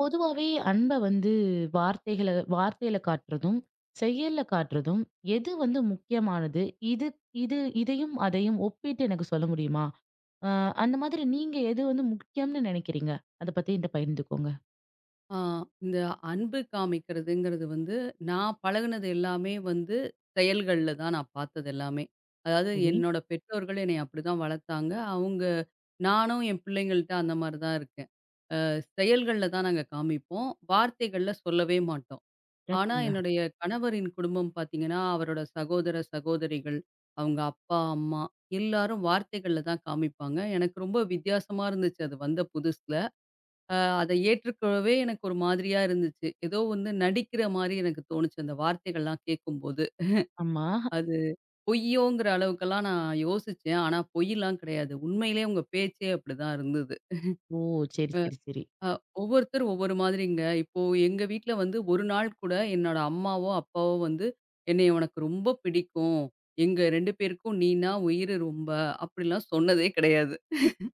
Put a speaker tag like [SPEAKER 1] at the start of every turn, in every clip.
[SPEAKER 1] பொதுவாவே அன்ப வந்து வார்த்தைகள வார்த்தையில காட்டுறதும், செயல்ல காட்டுறதும் எது வந்து முக்கியமானது? இது இது இதையும் அதையும் ஒப்பிட்டு எனக்கு சொல்ல முடியுமா? அ அந்த மாதிரி நீங்க எது வந்து முக்கியம்னு நினைக்கிறீங்க? அத பத்தி என்ட்ட பகிர்ந்துக்கோங்க.
[SPEAKER 2] ஆ, இந்த அன்பு காமிக்கிறதுங்கிறது வந்து, நான் பழகுனது எல்லாமே வந்து செயல்கள்ல தான் நான் பார்த்தது எல்லாமே. அதாவது
[SPEAKER 1] சரி.
[SPEAKER 2] என்னோட பெற்றோர்கள் என்னைய அப்படிதான் வளர்த்தாங்க. நானும் என் பிள்ளைங்கள்ட்ட அந்த மாரி தான் இருக்கேன். அ செயல்கள்ல தான் நாங்க காமிப்போம். வார்த்தைகள்ல சொல்லவே மாட்டோம். ஆனா
[SPEAKER 1] சிறப்புங்க.
[SPEAKER 2] என்னுடைய கணவரின் குடும்பம் பார்த்தீங்கன்னா, அவரோட சகோதர, சகோதரிகள், அவங்க அப்பா, அம்மா எல்லாரும் வார்த்தைகள்ல தான் காமிப்பாங்க. எனக்கு ரொம்ப வித்தியாசமா இருந்துச்சு அது வந்த புதுசுல. அத ஏற்றுக்கவே எனக்கு ஒரு மாதிரியா இருந்துச்சு. ஏதோ வந்து நடிக்கிற மாரி எனக்கு தோணுச்சு அந்த வார்த்தைகள்லாம் கேட்கும்போது.
[SPEAKER 1] ஆமா.
[SPEAKER 2] அது பொய்யோங்கிற அளவுக்கெல்லாம் நான் யோசிச்சேன். ஆனா பொய்லாம் கிடையாது. உண்மையிலேயே உங்க பேச்சே அப்படிதான் இருந்தது.
[SPEAKER 1] ஓ! சரி, சரி, சரி.
[SPEAKER 2] அ ஒவ்வொருத்தர் ஒவ்வொரு மாதிரிங்க. இப்போ எங்க வீட்ல வந்து ஒரு நாள் கூட என்னோட அம்மாவோ, அப்பாவோ வந்து "என்னைய உனக்கு ரொம்ப பிடிக்கும். எங்க 2 பேருக்கும் நீனா உயிரு ரொம்ப" அப்படிலாம் சொன்னதே கிடையாது.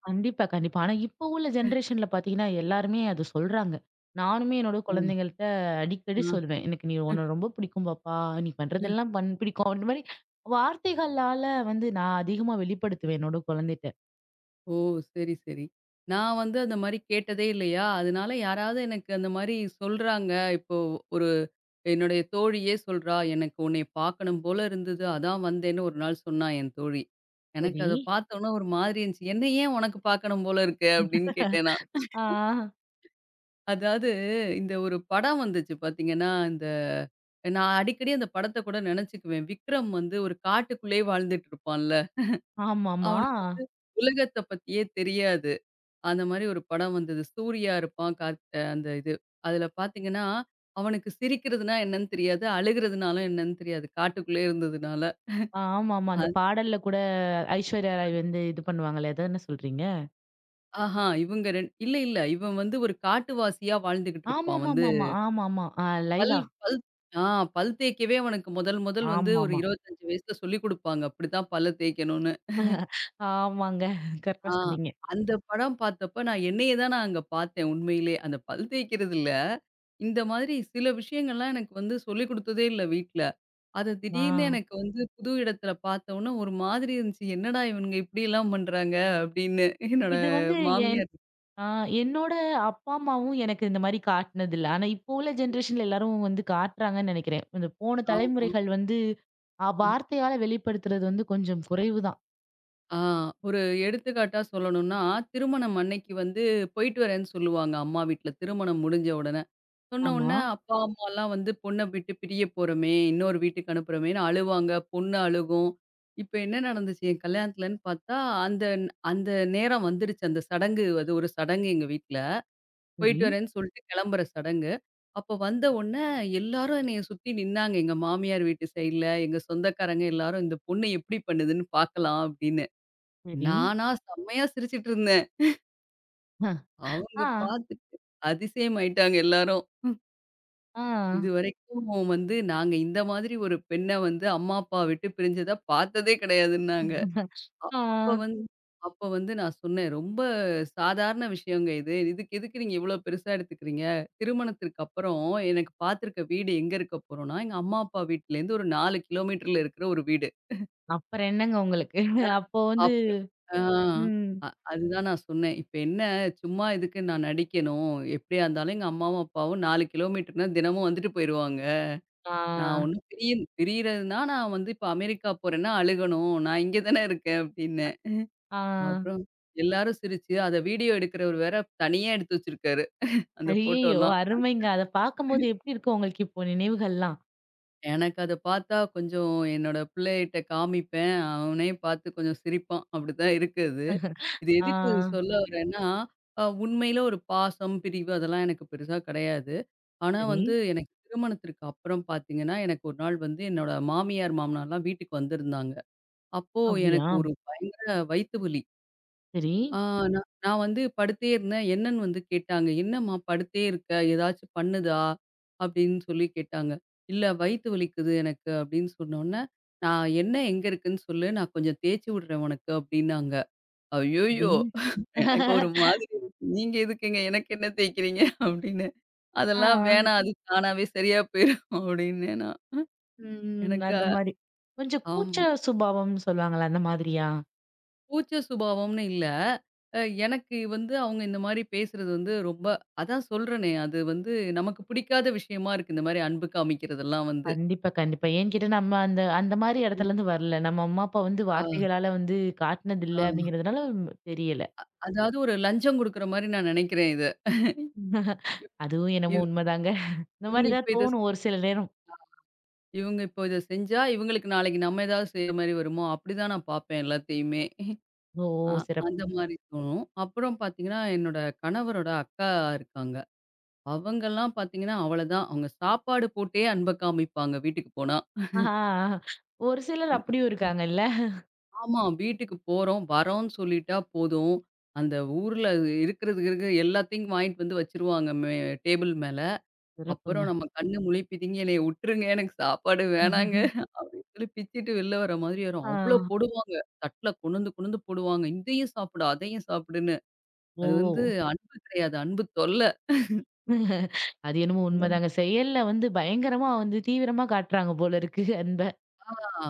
[SPEAKER 1] கண்டிப்பா, கண்டிப்பா. ஆனா இப்போ உள்ள ஜெனரேஷன்ல பார்த்தீங்கன்னா, எல்லாருமே அது சொல்றாங்க. நானுமே என்னோட
[SPEAKER 2] ம்.
[SPEAKER 1] குழந்தைங்கள்ட்ட அடிக்கடி
[SPEAKER 2] ஆ.
[SPEAKER 1] சொல்லுவேன். எனக்கு நீ உன்ன ரொம்ப பிடிக்கும் பாப்பா. நீ பண்றதெல்லாம் பண் பிடிக்கும். அந்த மாரி வார்த்தைகளால வந்து நான் அதிகமா வெளிப்படுத்துவேன் என்னோட குழந்தைட்ட.
[SPEAKER 2] ஓ! சரி, சரி. நான் வந்து அந்த மாரி கேட்டதே இல்லையா, அதனால யாராவது எனக்கு அந்த மாரி சொல்றாங்க, இப்போ ஒரு என்னுடைய தோழியே சொல்றா, "எனக்கு உன்னைய பார்க்கணும் போல இருந்தது. அதான் வந்தேன்னு" ஒரு நாள் சொன்னா என் தோழி. எனக்கு
[SPEAKER 1] சரி.
[SPEAKER 2] அத பார்த்தோனே ஒரு மாதிரி இருந்துச்சு. "என்ன ஏன் உனக்கு பார்க்கணும் போல இருக்கு?" அப்படின்னு கேட்டேன் நான்.
[SPEAKER 1] ஆ,
[SPEAKER 2] அதாவது இந்த ஒரு படம் வந்துச்சு பார்த்தீங்கன்னா, நான் அடிக்கடி அந்த படத்த கூட நெனச்சுக்குவேன். விக்ரம் வந்து ஒரு காட்டுக்குள்ளேயே வாழ்ந்துட்டு இருப்பான்ல,
[SPEAKER 1] ஆமாமா.
[SPEAKER 2] அவனுக்கு வந்து உலகத்த பத்தியே தெரியாது. அந்த மாரி ஒரு படம் வந்தது. சூர்யா இருப்பான். கார்த் அ அந்த இது. அதுல பார்த்தீங்கன்னா, அவனுக்கு சிரிக்கிறதுனா என்னன்னு தெரியாது. அழுகிறதுனாலும் என்னன்னு தெரியாது. காட்டுக்குள்ளே இருந்ததுனால.
[SPEAKER 1] ஆ, ஆமாமா. அந்த
[SPEAKER 2] அது
[SPEAKER 1] பாடல்ல கூட ஐஸ்வர்யா ராய் வந்து இது பண்ணுவாங்களே, அதான சொல்றீங்க?
[SPEAKER 2] ஆஹா இவங்க 2 இல்ல, இல்ல. இவன் வந்து ஒரு காட்டுவாசியா வாழ்ந்துகிட்டு இருப்பான் வந்து.
[SPEAKER 1] ஆமாமாமாமா. ஆமாமா. ஆ,
[SPEAKER 2] பல்
[SPEAKER 1] லைலா.
[SPEAKER 2] பல் ஆ பல் தேய்க்கவே அவனுக்கு முதல் முதல் வந்து ஒரு
[SPEAKER 1] ஆமாமா.
[SPEAKER 2] 25 வயசுல சொல்லிக் குடுப்பாங்க. இப்படித்தான் பல்ல தேய்க்கணும்னு.
[SPEAKER 1] ஆமாங்க. கரெக்ட்டா
[SPEAKER 2] ஆ
[SPEAKER 1] சொன்னீங்க.
[SPEAKER 2] அந்த படம் பார்த்தப்ப நான் என்னைய தான் நான் அங்க பார்த்தேன் உண்மையிலே. அந்த பல் தேய்க்கிறது இல்ல. இந்த மாதிரி சில விஷயங்கள்லாம் எனக்கு வந்து சொல்லிக் குடுத்ததே இல்ல வீட்ல. அது
[SPEAKER 1] ஆ.
[SPEAKER 2] திடீர்னு எனக்கு வந்து புது இடத்துல பார்த்தோன்னே ஒரு மாதிரி இருந்துச்சு. என்னடா இவனுங்க இப்படியெல்லாம் பண்றாங்க அப்படின்னு என்னோட
[SPEAKER 1] இது வந்து என்
[SPEAKER 2] மாமியார்.
[SPEAKER 1] ஆ என்னோட அப்பா, அம்மாவும் எனக்கு இந்த மாரி காட்டுனதில்ல. ஆனா, இப்போ உள்ள ஜெனரேஷன்ல எல்லாரும் வந்து காட்டுறாங்கன்னு நெனைக்கிறேன். இந்த போன
[SPEAKER 2] ஆமா.
[SPEAKER 1] தலைமுறைகள் வந்து
[SPEAKER 2] ம்.
[SPEAKER 1] வார்த்தையால வெளிப்படுத்துறது வந்து கொஞ்சம் குறைவு தான்.
[SPEAKER 2] ஆ ஒரு எடுத்துக்காட்டா சொல்லணும்னா, திருமணம் அன்னைக்கு வந்து போயிட்டு வரேன்னு சொல்லுவாங்க அம்மா வீட்ல. திருமணம் முடிஞ்ச உடனே. சொன்ன
[SPEAKER 1] ஆமா.
[SPEAKER 2] உடனே அப்பா, அம்மாலாம் வந்து பொண்ண விட்டு பிரிய போறோமே, இன்னொரு வீட்டுக்கு அனுப்புறோமேன்னு அழுவாங்க. பொண்ணு அழுகும். இப்ப என்ன நடந்துச்சு என் கல்யாணத்துலன்னு பார்த்தா, அந்த அந்த நேரம் வந்துருச்சு. அந்த சடங்கு அது ஒரு சடங்கு எங்க வீட்ல.
[SPEAKER 1] சரி,
[SPEAKER 2] போயிட்டு வரேன்னு சொல்லிட்டு கிளம்புற சடங்கு. அப்ப வந்த உடனே எல்லாரும் என்னைய சுத்தி நின்னாங்க. எங்க மாமியார் வீட்டு சைடுல, எங்க சொந்தக்காரங்க எல்லாரும் இந்த பொண்ணு எப்படி பண்ணுதுன்னு பார்க்கலாம் அப்படின்னு.
[SPEAKER 1] சரி.
[SPEAKER 2] நானா செம்மையா சிரிச்சுட்டு இருந்தேன்.
[SPEAKER 1] அ.
[SPEAKER 2] அவங்க
[SPEAKER 1] ஆ,
[SPEAKER 2] பார்த்துட்டு அதிசயமாயிட்டாங்க எல்லாரும்.
[SPEAKER 1] ஆ,
[SPEAKER 2] இதுவரைக்கும் வந்து நாங்க இந்த மாதிரி ஒரு பெண்ண வந்து அம்மா, அப்பா விட்டு பிரிஞ்சத பார்த்ததே கிடையாதுன்னாங்க. அ
[SPEAKER 1] ஆ.
[SPEAKER 2] அப்ப வந்து அப்ப வந்து நான் சொன்னேன், "ரொம்ப சாதாரண விஷயங்க இது. இதுக்கு எதுக்கு நீங்க இவ்ளோ பெருசா எடுத்துக்கிறீங்க? திருமணத்திற்கு அப்புறம் எனக்கு பார்த்திருக்க வீடு எங்க இருக்க போறோம்னா, எங்க அம்மா, அப்பா வீட்லேருந்து ஒரு 4 கிலோமீட்டர்ல இருக்கிற ஒரு வீடு."
[SPEAKER 1] அப்புறம் என்னங்க உங்களுக்கு? அப்போ வந்து
[SPEAKER 2] அப்புறம். ஆ
[SPEAKER 1] ம்.
[SPEAKER 2] அ அதுதான் நான் சொன்னேன். "இப்ப என்ன சும்மா இதுக்கு நான் நடிக்கணும்? எப்படியா இருந்தாலும் எங்க அம்மாவும், அப்பாவும் 4 கிலோமீட்டர்னா தினமும் வந்துட்டு போயிருவாங்க.
[SPEAKER 1] ஆ,
[SPEAKER 2] நான் ஒண்ணும் பிரிய பிரியறதுன்னா நான் வந்து இப்ப அமெரிக்கா போறேன்னா அழுகணும். நான் இங்க தானே இருக்கேன்." அப்படின்னு.
[SPEAKER 1] ஆ.
[SPEAKER 2] அப்புறம் எல்லாரும் சிரிச்சு, அத வீடியோ எடுக்கிறவர் வேற தனியா எடுத்து வச்சிருக்காரு. அந்த
[SPEAKER 1] ஐயய்யோ!
[SPEAKER 2] ஃபோட்டோலாம்.
[SPEAKER 1] அருமைங்க. அத பார்க்கும்போது எப்படி இருக்கும் உங்களுக்கு இப்போ நினைவுகள்லாம்?
[SPEAKER 2] எனக்கு அத பார்த்தா கொஞ்சம் என்னோட பிள்ளைகிட்ட காமிப்பேன். அவனே பார்த்து கொஞ்சம் சிரிப்பான். அப்படித்தான் இருக்கு அது. இது
[SPEAKER 1] ஆ.
[SPEAKER 2] எதுக்கு சொல்ல வரேன்னா, உண்மையில ஒரு பாசம், பிரிவு அதெல்லாம் எனக்கு பெருசா கிடையாது. ஆனா
[SPEAKER 1] சரி.
[SPEAKER 2] வந்து எனக்கு திருமணத்திற்கு அப்புறம் பார்த்தீங்கன்னா, எனக்கு ஒரு நாள் வந்து என்னோட மாமியார், மாமனார்லாம் வீட்டுக்கு வந்திருந்தாங்க. அப்போ
[SPEAKER 1] அப்படியா?
[SPEAKER 2] எனக்கு ஒரு பயங்கர வயித்து வலி.
[SPEAKER 1] சரி,
[SPEAKER 2] ஆ நான் நான் வந்து படுத்தே இருந்தேன். என்னன்னு வந்து கேட்டாங்க. "என்னம்மா படுத்தே இருக்க? ஏதாச்சும் பண்ணுதா?" அப்படின்னு சொல்லி கேட்டாங்க. "இல்ல வயித்து வலிக்குது எனக்கு" அப்படின்னு சொன்னோனே, "நான் எண்ணெய் எங்க இருக்குன்னு சொல்லு, நான் கொஞ்சம் தேய்ச்சு விடுறேன் உனக்கு" அப்படின்னாங்க.
[SPEAKER 1] சரி.
[SPEAKER 2] ஐய்யயோ! எனக்கு ஒரு மாதிரி இருந்துச்சு. "நீங்க எதுக்குங்க எனக்கு எண்ணெய் தேய்க்கிறீங்க?" அப்படின்னு.
[SPEAKER 1] ஆ.
[SPEAKER 2] "அதெல்லாம் வேணாம் அது தானாவே சரியா போயிரும்" அப்படின்னேன் நான்.
[SPEAKER 1] ம்.
[SPEAKER 2] எனக்கு.
[SPEAKER 1] அந்த மாரி. கொஞ்சம்
[SPEAKER 2] ஆமா.
[SPEAKER 1] கூச்ச சுபாவம்னு சொல்லுவாங்கல்ல, அந்த மாதிரியா?
[SPEAKER 2] கூச்ச சுபாவம்னு இல்ல. எனக்கு வந்து அவங்க இந்த மாரி பேசுறது வந்து ரொம்ப அதான் சொல்றேனே, அது வந்து நமக்கு பிடிக்காத விஷயமா இருக்கு. இந்த மாரி அன்பு காமிக்கிறதெல்லாம் வந்து.
[SPEAKER 1] கண்டிப்பா, கண்டிப்பா. ஏன்னு கேட்டா, நம்ம அந்த அந்த மாரி
[SPEAKER 2] ம்.
[SPEAKER 1] இடத்துலருந்து வரல. நம்ம அம்மா, அப்பா வந்து
[SPEAKER 2] ஆ,
[SPEAKER 1] வார்த்தைகளால வந்து
[SPEAKER 2] ஆ.
[SPEAKER 1] காட்டுனதில்ல அப்படிங்கிறதுனால தெரியல.
[SPEAKER 2] அதாவது ஒரு லஞ்சம் குடுக்குற மாரி நான் நெனைக்கிறேன் இத.
[SPEAKER 1] அதுவும் என்னமோ
[SPEAKER 2] இவ்
[SPEAKER 1] உண்மதாங்க. இந்த
[SPEAKER 2] இவங்க
[SPEAKER 1] மாரி
[SPEAKER 2] இப்ப
[SPEAKER 1] தான்
[SPEAKER 2] இத செ
[SPEAKER 1] தோணும் ஒரு சில நேரம்.
[SPEAKER 2] இவங்க இப்போ இத செஞ்சா, இவங்களுக்கு நாளைக்கு நம்ம ஏதாவது செய்ற மாரி வருமோ? அப்படிதான் நான் பார்ப்பேன் எல்லாத்தையுமே.
[SPEAKER 1] ஓ!
[SPEAKER 2] அ
[SPEAKER 1] சிறப்பு.
[SPEAKER 2] அந்த மாரி தோணும். அப்புறம் பார்த்தீங்கன்னா, என்னோட கணவரோட அக்கா இருக்காங்க. அவங்கலாம் பார்த்தீங்கன்னா, அவ்வளதான். அவங்க சாப்பாடு போட்டே அன்ப காமிப்பாங்க வீட்டுக்கு போனா.
[SPEAKER 1] ஆஹா. ஒரு சிலர் அப்படியும் இருக்காங்கல்ல.
[SPEAKER 2] ஆமா. வீட்டுக்கு போறோம், வரோம்ன்னு சொல்லிட்டா போதும். அந்த ஊர்ல இருக்கிறது கிருக்க எல்லாத்தையும் வாங்கிட்டு வந்து வச்சுருவாங்க டேபிள் மேல.
[SPEAKER 1] சிறப்புங்க.
[SPEAKER 2] அப்புறம் நம்ம கண்ணு முழி பிதுங்கி "என்னைய உட்டுருங்க, எனக்கு சாப்பாடு வேணாங்க" அப்படின்னு சொல்லி பிச்சுட்டு வெளில வர மாதிரி வரும்.
[SPEAKER 1] ஆ.
[SPEAKER 2] அவ்ளோ போடுவாங்க. தட்ல கொண்டுந்து கொண்டுந்து போடுவாங்க. "இதையும் சாப்பிடு, அதையும் சாப்பிடுன்னு."
[SPEAKER 1] ஓ!
[SPEAKER 2] அது வந்து அன்பு கிடையாது, அன்பு தொல்ல.
[SPEAKER 1] அது என்னமோ
[SPEAKER 2] இந்த
[SPEAKER 1] உண்மதாங்க. செயல்ல வந்து பயங்கரமா வந்து தீவிரமா காட்டுறாங்க போல இருக்கு அன்ப.
[SPEAKER 2] ஆ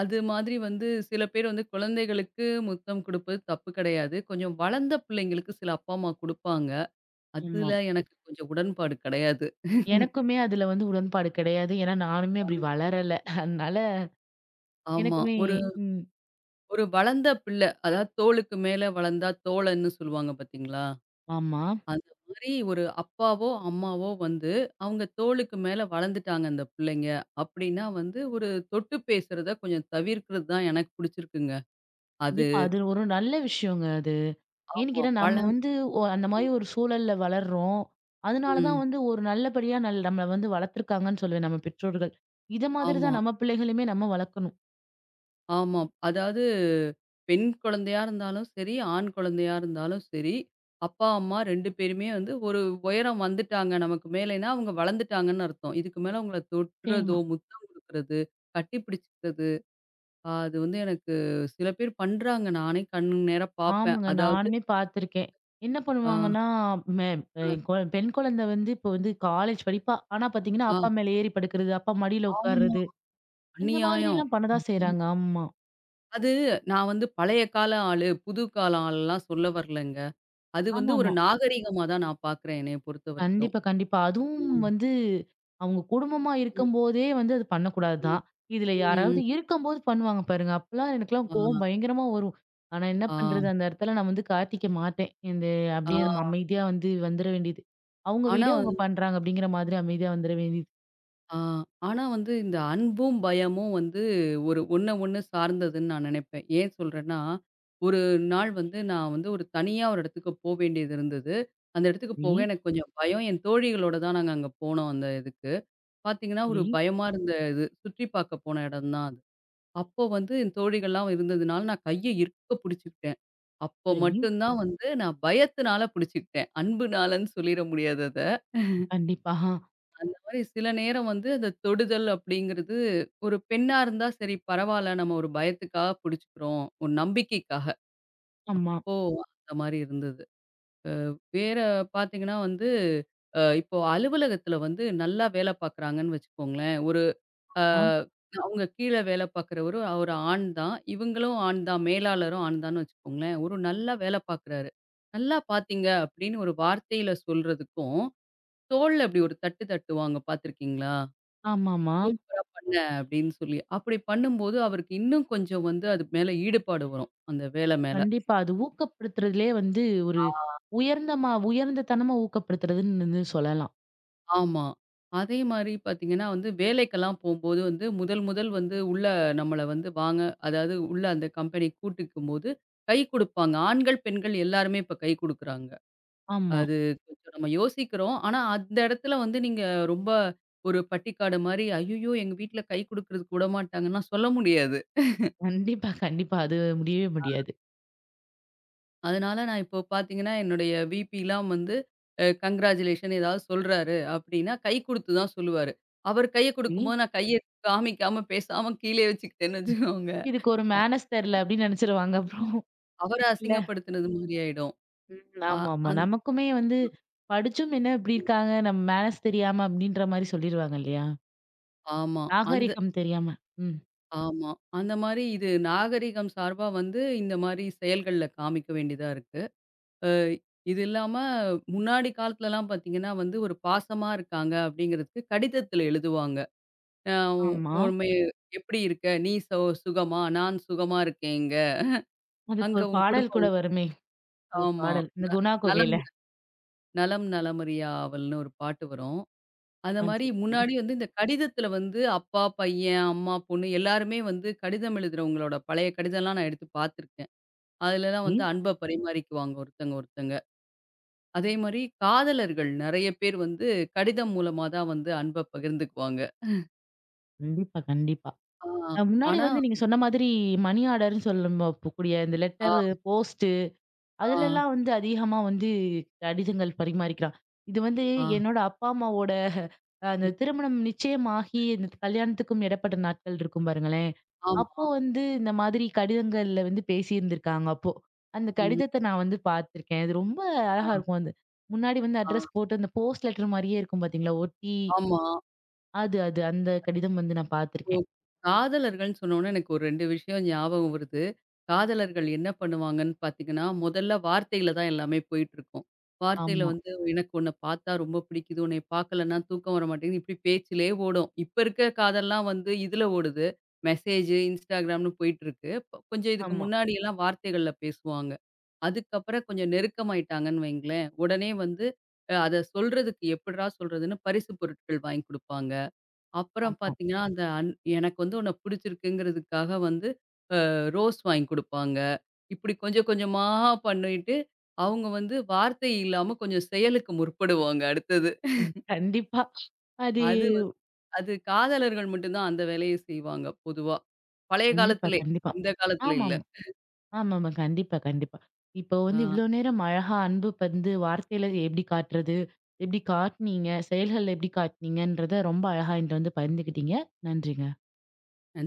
[SPEAKER 2] அது மாதிரி வந்து சில பேர் வந்து குழந்தைகளுக்கு முத்தம் குடுப்பது தப்பு கிடையாது. கொஞ்சம் வளர்ந்த பிள்ளைங்களுக்கு சில அப்பா, அம்மா குடுப்பாங்க.
[SPEAKER 1] ஆமா.
[SPEAKER 2] அதுல எனக்கு கொஞ்சம் உடன்பாடு கிடையாது.
[SPEAKER 1] எனக்குமே அதுல வந்து உடன்பாடு கிடையாது. ஏன்னா நானுமே அப்படி வளரல. அதனால
[SPEAKER 2] ஆமா.
[SPEAKER 1] எனக்குமே
[SPEAKER 2] ஒரு
[SPEAKER 1] ம்.
[SPEAKER 2] ஒரு வளர்ந்த பிள்ளை. அதாவது தோளுக்கு மேல வளர்ந்தா தோழன்னு சொல்லுவாங்க பார்த்தீங்களா?
[SPEAKER 1] ஆமா.
[SPEAKER 2] அந்த மாரி ஒரு அப்பாவோ, அம்மாவோ வந்து அவங்க தோளுக்கு மேல வளர்ந்துட்டாங்க அந்த பிள்ளைங்க. அப்படின்னா வந்து ஒரு தொட்டு பேசுறத கொஞ்சம் தவிர்க்கிறது தான் எனக்கு புடிச்சிருக்குங்க. அது.
[SPEAKER 1] கண்டிப்பா. அது ஒரு நல்ல விஷயங்க அது. ஏன்னு
[SPEAKER 2] ஆமா.
[SPEAKER 1] கேட்டா நம்ம வந்து ஒ அந்த மாரி
[SPEAKER 2] ம்.
[SPEAKER 1] ஒரு சூழல்ல வளர்றோம். அதனால தான்
[SPEAKER 2] ம்.
[SPEAKER 1] வந்து ஒரு நல்லபடியா நல் நம்மள வந்து வளர்த்துருக்காங்கன்னு சொல்லுவேன் நம்ம பெற்றோர்கள். இத மாதிரி
[SPEAKER 2] ஆமா.
[SPEAKER 1] தான் நம்ம பிள்ளைகளையுமே நம்ம வளர்க்கணும்.
[SPEAKER 2] ஆமா. அதாவது பெண் குழந்தையா இருந்தாலும் சரி, ஆண் குழந்தையா இருந்தாலும் சரி, அப்பா, அம்மா 2 பேருமே வந்து ஒரு உயரம் வந்துட்டாங்க நமக்கு மேலேன்னா, அவங்க வளர்ந்துட்டாங்கன்னு அர்த்தம். இதுக்கு மேல அவங்கள தொடுறதோ,
[SPEAKER 1] நிச்சயமா.
[SPEAKER 2] முத்தம் குடுக்குறது, கட்டி பிடிச்சுக்கிறது, அது வந்து எனக்கு சில பேர் பண்றாங்க. நானே கண் நேரா பார்ப்பேன்.
[SPEAKER 1] ஆமாங்க.
[SPEAKER 2] அதாவது.
[SPEAKER 1] நானுமே பார்த்துருக்கேன். என்ன
[SPEAKER 2] அ
[SPEAKER 1] பண்ணுவாங்கன்னா, மே என் கொ பெண் குழந்தை வந்து இப்போ வந்து காலேஜ் படிப்பா. ஆனா பார்த்தீங்கன்னா,
[SPEAKER 2] அ
[SPEAKER 1] அப்பா மேல ஏறி படுக்கிறது, அப்பா மடியில
[SPEAKER 2] ஆமா.
[SPEAKER 1] உட்கார்றது. இந்த
[SPEAKER 2] அநியாயம்.
[SPEAKER 1] மாதிரிலாம் பண்ணதான் செய்றாங்க. ஆமா.
[SPEAKER 2] அது நான் வந்து பழைய கால ஆளு, புது கால ஆள்லாம் சொல்ல வரலங்க. அது வந்து ஒரு
[SPEAKER 1] ஆமாமா.
[SPEAKER 2] நாகரிகமா தான் நான் பார்க்குறேன் என்னைய பொறுத்தவரைக்கும்.
[SPEAKER 1] கண்டிப்பா, கண்டிப்பா. அதுவும்
[SPEAKER 2] ம்.
[SPEAKER 1] வந்து அவங்க குடும்பமா இருக்கும்போதே வந்து அது
[SPEAKER 2] ம்.
[SPEAKER 1] பண்ணக்கூடாதுதான். இதுல
[SPEAKER 2] ம்.
[SPEAKER 1] யாராவது இருக்கும்போது பண்ணுவாங்க பாருங்க. அப்பலாம் எனக்கெல்லாம் கோவம்
[SPEAKER 2] ஆ,
[SPEAKER 1] பயங்கரமா வரும். ஆனா என்ன
[SPEAKER 2] ஆ,
[SPEAKER 1] பண்றது? அந்த இடத்துல நான் வந்து காட்டிக்க மாட்டேன். இந்த அப்படியே நம்ம
[SPEAKER 2] ஆ.
[SPEAKER 1] அமைதியா வந்து வந்துர வேண்டியது. அவங்க
[SPEAKER 2] ஆனா
[SPEAKER 1] வீடு அவங்க
[SPEAKER 2] வந்து
[SPEAKER 1] பண்றாங்க அப்படிங்கிற மாதிரி அமைதியா வந்துர வேண்டியது.
[SPEAKER 2] ஆ ஆனா வந்து இந்த அன்பும், பயமும் வந்து ஒண்ண ஒண்ணு சார்ந்ததுன்னு நான் நினைப்பேன். ஏன் சொல்றேன்னா, ஒரு நாள் வந்து நான் வந்து ஒரு தனியா ஒரு இடத்துக்கு போ வேண்டியது இருந்தது. அந்த இடத்துக்கு
[SPEAKER 1] சரி,
[SPEAKER 2] போக எனக்கு கொஞ்சம் பயம். என் தோழிகளோட தான் நாங்க அங்க போனோம் அந்த இதுக்கு. பார்த்தீங்கன்னா, ஒரு
[SPEAKER 1] சரி,
[SPEAKER 2] பயமா இருந்த இது. சுற்றி பார்க்க போன இடம் தான் அது. அப்போ வந்து என் தோழிகள்லாம் இருந்ததுனால நான் கைய இறுக்க புடிச்சுக்கிட்டேன். அப்போ
[SPEAKER 1] சரி.
[SPEAKER 2] மட்டும் தான் வந்து நான் பயத்தினால புடிச்சுக்கிட்டேன். அன்புனாலன்னு சொல்லிற முடியாது அது.
[SPEAKER 1] கண்டிப்பா.
[SPEAKER 2] மாரி சில நேரம் வந்து அந்த தொடுதல் அப்படிங்கிறது, ஒரு பெண்ணா இருந்தா சரி பரவால்ல, நம்ம ஒரு பயத்துக்காக புடிச்சுக்கிறோம். ஒரு நம்பிக்கைக்காக.
[SPEAKER 1] ஆமா.
[SPEAKER 2] இப்போ அந்த மாரி இருந்தது. வேற பார்த்தீங்கன்னா வந்து, இப்போ அலுவலகத்தில வந்து நல்லா வேல பார்க்குறாங்கன்னு வச்சுக்கோங்களேன். ஒரு அ
[SPEAKER 1] ஆம்.
[SPEAKER 2] அவங்க கீழ வேல பார்க்குறவரு அவரு ஆண் தான். இவங்களும் ஆண் தான். மேலாளரும் ஆண் தான்னு வச்சுக்கோங்களேன். ஒரு நல்லா வேல பார்க்குறாரு. "நல்லா பார்த்தீங்க" அப்படின்னு ஒரு வார்த்தையில சொல்றதுக்கும், தோள்ல இப்படி ஒரு தட்டுவாங்க பார்த்துருக்கீங்களா?
[SPEAKER 1] ஆமாமா.
[SPEAKER 2] சூப்பரா பண்ண அப்படின்னு சொல்லி. அப்படி பண்ணும்போது அவருக்கு இன்னும் கொஞ்சம் வந்து அது மேல ஈடுபாடு வரும். அந்த வேலை மேல.
[SPEAKER 1] கண்டிப்பா. அது ஊக்கப்படுத்துறதுலயே வந்து
[SPEAKER 2] ஆ.
[SPEAKER 1] உயர்ந்த மா உயர்ந்த தனமா ஊக்கப்படுத்துறதுன்னு வந்து சொல்லலாம்.
[SPEAKER 2] ஆமா. அதே மாரி பார்த்தீங்கன்னா வந்து வேலைக்கெல்லாம் போம்போது வந்து முதல் முதல் வந்து உள்ள நம்மள வந்து வாங்க அதாவது உள்ள அந்த கம்பெனி கூட்டிக்கும்போது கை குடுப்பாங்க. ஆண்கள், பெண்கள் எல்லாருமே இப்ப கை குடுக்குறாங்க.
[SPEAKER 1] ஆமா.
[SPEAKER 2] அது கொஞ்சம் நம்ம யோசிக்கிறோம். ஆனா அந்த இடத்துல வந்து நீங்க ரொம்ப ஒரு பட்டிக்காடு மாரி, "ஐயய்யோ! எங்க வீட்ல கை குடுக்குறதுக்கு விடமாட்டாங்கன்னா" சொல்ல முடியாது.
[SPEAKER 1] கண்டிப்பா, கண்டிப்பா. அது முடியவே முடியாது.
[SPEAKER 2] அதனால நான் இப்போ பார்த்தீங்கன்னா, என்னுடைய விபிலாம் வந்து கங்கிராச்சுலேஷன் ஏதாவது சொல்றாரு அப்படின்னா, கை குடுத்து தான் சொல்லுவாரு. அவர் கைய
[SPEAKER 1] ம்.
[SPEAKER 2] குடுக்கும்போது நான் கைய காமிக்காம, பேசாம கீழே வச்சுக்கிட்டேன்னு வச்சுக்கோங்க.
[SPEAKER 1] இதுக்கு ஒரு
[SPEAKER 2] அ
[SPEAKER 1] மேனர்ஸ் தெர்ல அப்படின்னு நெனச்சுருவாங்க அப்புறம்.
[SPEAKER 2] அவர
[SPEAKER 1] இல்ல.
[SPEAKER 2] அசிங்கப்படுத்தினது மாரி ஆயிடும்.
[SPEAKER 1] ம்.
[SPEAKER 2] அ
[SPEAKER 1] ஆமாமா.
[SPEAKER 2] அந்
[SPEAKER 1] நமக்குமே வந்து படிச்சும் என்ன இப்படி இருக்காங்க? நம்ம மேனர்ஸ் தெரியாம அப்படின்ற மாரி சொல்லிருவாங்க இல்லையா?
[SPEAKER 2] ஆமா. அந்த
[SPEAKER 1] நாகரிகம் தெரியாம. ம்.
[SPEAKER 2] ஆமா. அந்த மாரி இது நாகரிகம் சார்பா வந்து இந்த மாரி செயல்கள்ல காமிக்க வேண்டியதா இருக்கு. அ இது இல்லாம முன்னாடி காலத்துலலாம் பார்த்தீங்கன்னா வந்து, ஒரு பாசமா இருக்காங்க அப்படிங்கிறதுக்கு கடிதத்தில எழுதுவாங்க. அ
[SPEAKER 1] ஆமா.
[SPEAKER 2] உண்மை "எப்படி இருக்க? நீ சுகமா? நான் சுகமா இருக்கேன் இங்க.
[SPEAKER 1] அதுக்கு
[SPEAKER 2] அங்க
[SPEAKER 1] ஒரு
[SPEAKER 2] உன்
[SPEAKER 1] பாடல் கூட
[SPEAKER 2] குடும்பம்."
[SPEAKER 1] வருமே. ஒரு
[SPEAKER 2] ஆமா.
[SPEAKER 1] பாடல். இந்த
[SPEAKER 2] ந
[SPEAKER 1] குணா
[SPEAKER 2] நலம்
[SPEAKER 1] கொகையில.
[SPEAKER 2] நலம் நலமறியா ஆவல்ன்னு ஒரு பாட்டு வரும். அந்த
[SPEAKER 1] ஆ
[SPEAKER 2] மாரி
[SPEAKER 1] சரி, சரி.
[SPEAKER 2] முன்னாடி வந்து இந்த கடிதத்தில வந்து அப்பா, பையன், அம்மா, பொண்ணு எல்லாருமே வந்து கடிதம் எழுதுறவங்களோட பழைய கடிதம்லாம் நான் எடுத்து பார்த்துருக்கேன். அதுலலாம்
[SPEAKER 1] சரி.
[SPEAKER 2] வந்து அன்ப பரிமாறிக்குவாங்க ஒருத்தங்க, ஒருத்தங்க. அதே மாரி காதலர்கள் நெறைய பேர் வந்து கடிதம் மூலமா தான் வந்து அன்ப பகிர்ந்துக்குவாங்க.
[SPEAKER 1] கண்டிப்பா, கண்டிப்பா.
[SPEAKER 2] ஆ
[SPEAKER 1] முன்னாடி
[SPEAKER 2] ஆனா
[SPEAKER 1] வந்து நீங்க சொன்ன மாதிரி மணி ஆர்டர்ன்னு சொல்லும் கூடிய இந்த லெட்டர்
[SPEAKER 2] ஆ
[SPEAKER 1] போஸ்ட்
[SPEAKER 2] ஆ
[SPEAKER 1] அதுலலாம் வந்து அதிகமா வந்து கடிதங்கள் பரிமாறிக்கிறான். இது வந்து
[SPEAKER 2] ஆ.
[SPEAKER 1] என்னோட அப்பா, அம்மாவோட அந்த
[SPEAKER 2] ம்.
[SPEAKER 1] திருமணம் நிச்சயமாகி, இந்த கல்யாணத்துக்கும் இடைப்பட்ட நாட்கள் இருக்கும் பாருங்களேன். அப்போ
[SPEAKER 2] ஆமா.
[SPEAKER 1] வந்து இந்த மாதிரி கடிதங்கள்ல வந்து பேசியிருந்திருக்காங்க அப்போ. அந்த
[SPEAKER 2] ம்.
[SPEAKER 1] கடிதத்த நான் வந்து பார்த்துருக்கேன். அது ரொம்ப
[SPEAKER 2] ஆ.
[SPEAKER 1] அழகா இருக்கும் அது. முன்னாடி வந்து
[SPEAKER 2] ஆ,
[SPEAKER 1] அட்ரஸ் போட்டு அந்த போஸ்ட் லெட்டர் மாரியே இருக்கும் பார்த்தீங்களா? ஒட்டி
[SPEAKER 2] ஆமா.
[SPEAKER 1] அது அது அந்த கடிதம் வந்து நான்
[SPEAKER 2] இப்போ
[SPEAKER 1] பார்த்துருக்கேன்.
[SPEAKER 2] காதலர்கள்ன்னு சொன்னோனே எனக்கு ஒரு 2 விஷயம் ஞாபகம் வருது. காதலர்கள் என்ன பண்ணுவாங்கன்னு பார்த்தீங்கன்னா, முதல்ல வார்த்தையில தான் எல்லாமே போயிட்டுருக்கும். வார்த்தையில
[SPEAKER 1] ஆமா,
[SPEAKER 2] வந்து எனக்கு உன்ன பார்த்தா ரொம்ப பிடிக்குது, உன்னைய பார்க்கலன்னா தூக்கம் வர மாட்டேங்குது, இப்படி பேச்சிலே ஓடும். இப்ப இருக்க காதல்லாம் வந்து இதுல ஓடுது. மெசேஜ், Instagramன்னு போயிட்டுருக்கு. கொஞ்சம் இதுக்கு
[SPEAKER 1] ஆமா,
[SPEAKER 2] முன்னாடியெல்லாம் வார்த்தைகள்ல பேசுவாங்க. அதுக்கப்புறம் கொஞ்சம் நெருக்கமாயிட்டாங்கன்னு வைங்களேன், உடனே வந்து அத சொல்றதுக்கு எப்புட்றா சொல்றதுன்னு பரிசு பொருட்கள் வாங்கி குடுப்பாங்க. அப்புறம்
[SPEAKER 1] ஆமா.
[SPEAKER 2] பார்த்தீங்கன்னா, அந்த அன் எனக்கு வந்து உன்ன பிடிச்சிருக்குங்கிறதுக்காக வந்து ரோஸ் வாங்கி குடுப்பாங்க. இப்படி கொஞ்சம் கொஞ்சமா பண்ணிட்டு, அவங்க வந்து வார்த்தை இல்லாம கொஞ்சம் செயலுக்கு முற்படுவாங்க அடுத்தது.
[SPEAKER 1] ம். கண்டிப்பா. அது
[SPEAKER 2] அது வந்து அது காதலர்கள் மட்டும் தான் அந்த வேலைய செய்வாங்க பொதுவா. பழைய
[SPEAKER 1] கண்டிப்பா,
[SPEAKER 2] காலத்திலே,
[SPEAKER 1] கண்டிப்பா.
[SPEAKER 2] இந்த காலத்தில இல்ல.
[SPEAKER 1] ஆமாமா. ஆமாமா. கண்டிப்பா, கண்டிப்பா. இப்போ வந்து இவ்ளோ நேரம் அழகா அன்பு வந்து வார்த்தையில எப்படி காட்டுறது? எப்படி காட்டுனீங்க? செயல்கள்ல எப்படி காட்டுனீங்கன்றத ரொம்ப அழகா என்ட்ட வந்து பகிர்ந்துக்கிட்டீங்க. நன்றிங்க.
[SPEAKER 2] ஆ.